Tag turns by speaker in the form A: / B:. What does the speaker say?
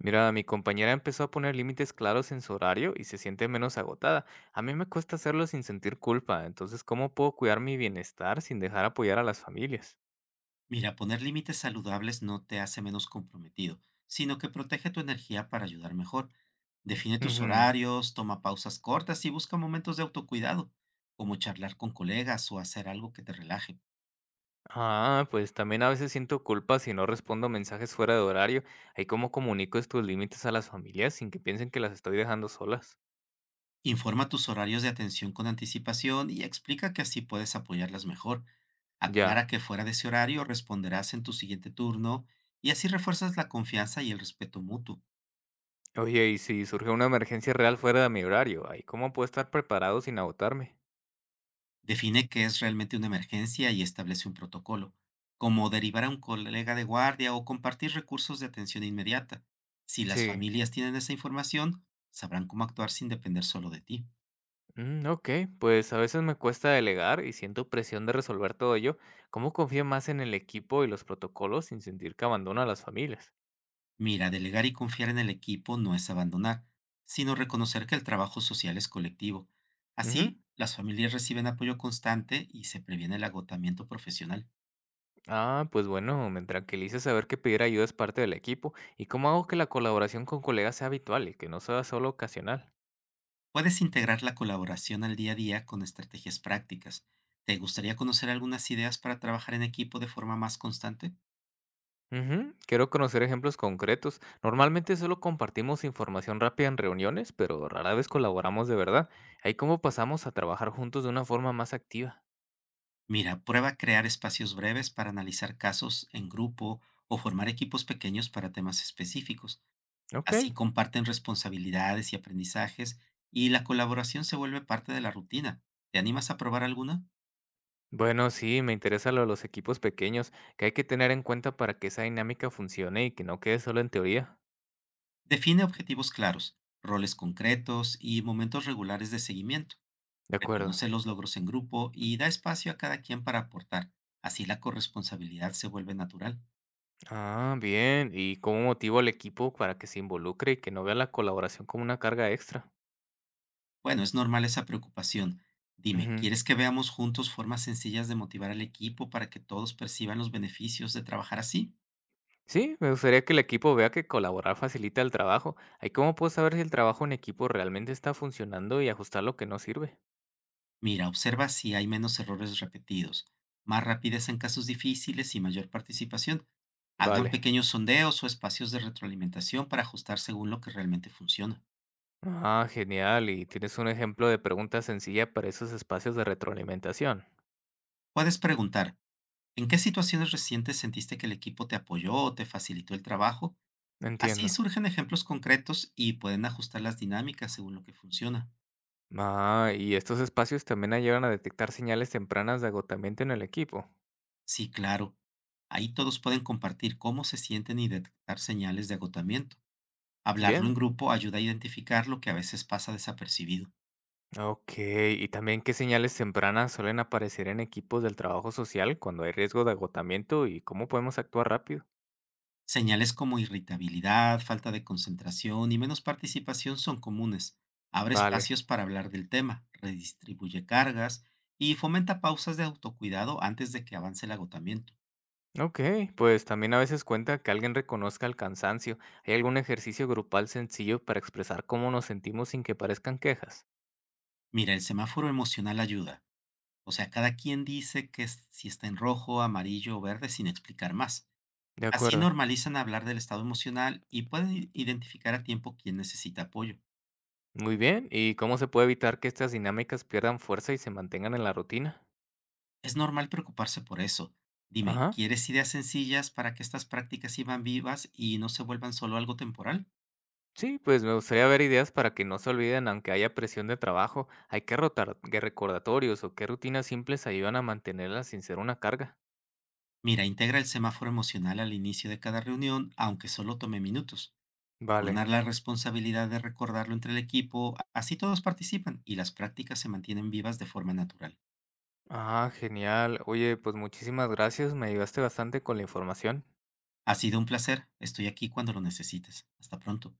A: Mira, mi compañera empezó a poner límites claros en su horario y se siente menos agotada. A mí me cuesta hacerlo sin sentir culpa, entonces, ¿cómo puedo cuidar mi bienestar sin dejar apoyar a las familias?
B: Mira, poner límites saludables no te hace menos comprometido, sino que protege tu energía para ayudar mejor. Define tus
A: Ujú.
B: horarios, toma pausas cortas y busca momentos de autocuidado, como charlar con colegas o hacer algo que te relaje.
A: Ah, pues también a veces siento culpa si no respondo mensajes fuera de horario. ¿Ahí cómo comunico estos límites a las familias sin que piensen que las estoy dejando solas?
B: Informa tus horarios de atención con anticipación y explica que así puedes apoyarlas mejor. Aclara
A: Ya.
B: que fuera de ese horario responderás en tu siguiente turno y así refuerzas la confianza y el respeto mutuo.
A: Oye, y si surge una emergencia real fuera de mi horario, ¿ahí cómo puedo estar preparado sin agotarme?
B: Define qué es realmente una emergencia y establece un protocolo, como derivar a un colega de guardia o compartir recursos de atención inmediata. Si las
A: Sí.
B: familias tienen esa información, sabrán cómo actuar sin depender solo de ti.
A: Mm, ok, pues a veces me cuesta delegar y siento presión de resolver todo yo. ¿Cómo confío más en el equipo y los protocolos sin sentir que abandono a las familias?
B: Mira, delegar y confiar en el equipo no es abandonar, sino reconocer que el trabajo social es colectivo.
A: Ujú.
B: Así, las familias reciben apoyo constante y se previene el agotamiento profesional.
A: Ah, pues bueno, me tranquiliza saber que pedir ayuda es parte del equipo. ¿Y cómo hago que la colaboración con colegas sea habitual y que no sea solo ocasional?
B: Puedes integrar la colaboración al día a día con estrategias prácticas. ¿Te gustaría conocer algunas ideas para trabajar en equipo de forma más constante?
A: Ujú, quiero conocer ejemplos concretos. Normalmente solo compartimos información rápida en reuniones, pero rara vez colaboramos de verdad. Ahí cómo pasamos a trabajar juntos de una forma más activa.
B: Mira, prueba a crear espacios breves para analizar casos en grupo o formar equipos pequeños para temas específicos.
A: Ok,
B: Así comparten responsabilidades y aprendizajes y la colaboración se vuelve parte de la rutina. ¿Te animas a probar alguna?
A: bueno, sí, me interesa lo de los equipos pequeños, que hay que tener en cuenta para que esa dinámica funcione y que no quede solo en teoría.
B: Define objetivos claros, roles concretos y momentos regulares de seguimiento.
A: De acuerdo.
B: Reconoce los logros en grupo y da espacio a cada quien para aportar. Así la corresponsabilidad se vuelve natural.
A: Ah, bien. ¿Y cómo motivo al equipo para que se involucre y que no vea la colaboración como una carga extra?
B: Bueno, es normal esa preocupación. Dime,
A: Ujú.
B: ¿quieres que veamos juntos formas sencillas de motivar al equipo para que todos perciban los beneficios de trabajar así?
A: Sí, me gustaría que el equipo vea que colaborar facilita el trabajo. ¿Ahí cómo puedo saber si el trabajo en equipo realmente está funcionando y ajustar lo que no sirve?
B: Mira, observa si hay menos errores repetidos, más rapidez en casos difíciles y mayor participación. Hagan
A: Vale.
B: pequeños sondeos o espacios de retroalimentación para ajustar según lo que realmente funciona.
A: Ah, genial. ¿Y tienes un ejemplo de pregunta sencilla para esos espacios de retroalimentación?
B: Puedes preguntar, ¿en qué situaciones recientes sentiste que el equipo te apoyó o te facilitó el trabajo? Así
A: Entiendo.
B: surgen ejemplos concretos y pueden ajustar las dinámicas según lo que funciona.
A: Ah, y estos espacios también ayudan a detectar señales tempranas de agotamiento en el equipo.
B: Sí, claro. Ahí todos pueden compartir cómo se sienten y detectar señales de agotamiento. Hablarlo en
A: Bien.
B: grupo ayuda a identificar lo que a veces pasa desapercibido.
A: Ok, ¿y también qué señales tempranas suelen aparecer en equipos del trabajo social cuando hay riesgo de agotamiento y cómo podemos actuar rápido?
B: Señales como irritabilidad, falta de concentración y menos participación son comunes. Abre
A: Vale.
B: espacios para hablar del tema, redistribuye cargas y fomenta pausas de autocuidado antes de que avance el agotamiento.
A: Ok, pues también a veces cuenta que alguien reconozca el cansancio. ¿Hay algún ejercicio grupal sencillo para expresar cómo nos sentimos sin que parezcan quejas?
B: Mira, el semáforo emocional ayuda. O sea, cada quien dice si está en rojo, amarillo o verde sin explicar más.
A: De
B: Así
A: acuerdo.
B: normalizan hablar del estado emocional y pueden identificar a tiempo quién necesita apoyo.
A: Muy bien, ¿y cómo se puede evitar que estas dinámicas pierdan fuerza y se mantengan en la rutina?
B: Es normal preocuparse por eso. Dime,
A: Ajá.
B: ¿quieres ideas sencillas para que estas prácticas sigan vivas y no se vuelvan solo algo temporal?
A: Sí, pues me gustaría ver ideas para que no se olviden aunque haya presión de trabajo. Hay que rotar qué recordatorios o qué rutinas simples ayudan a mantenerlas sin ser una carga.
B: Mira, integra el semáforo emocional al inicio de cada reunión, aunque solo tome minutos. Turnar
A: Vale.
B: la responsabilidad de recordarlo entre el equipo, así todos participan y las prácticas se mantienen vivas de forma natural.
A: Ah, genial. Oye, pues muchísimas gracias. Me ayudaste bastante con la información.
B: Ha sido un placer, estoy aquí cuando lo necesites. Hasta pronto.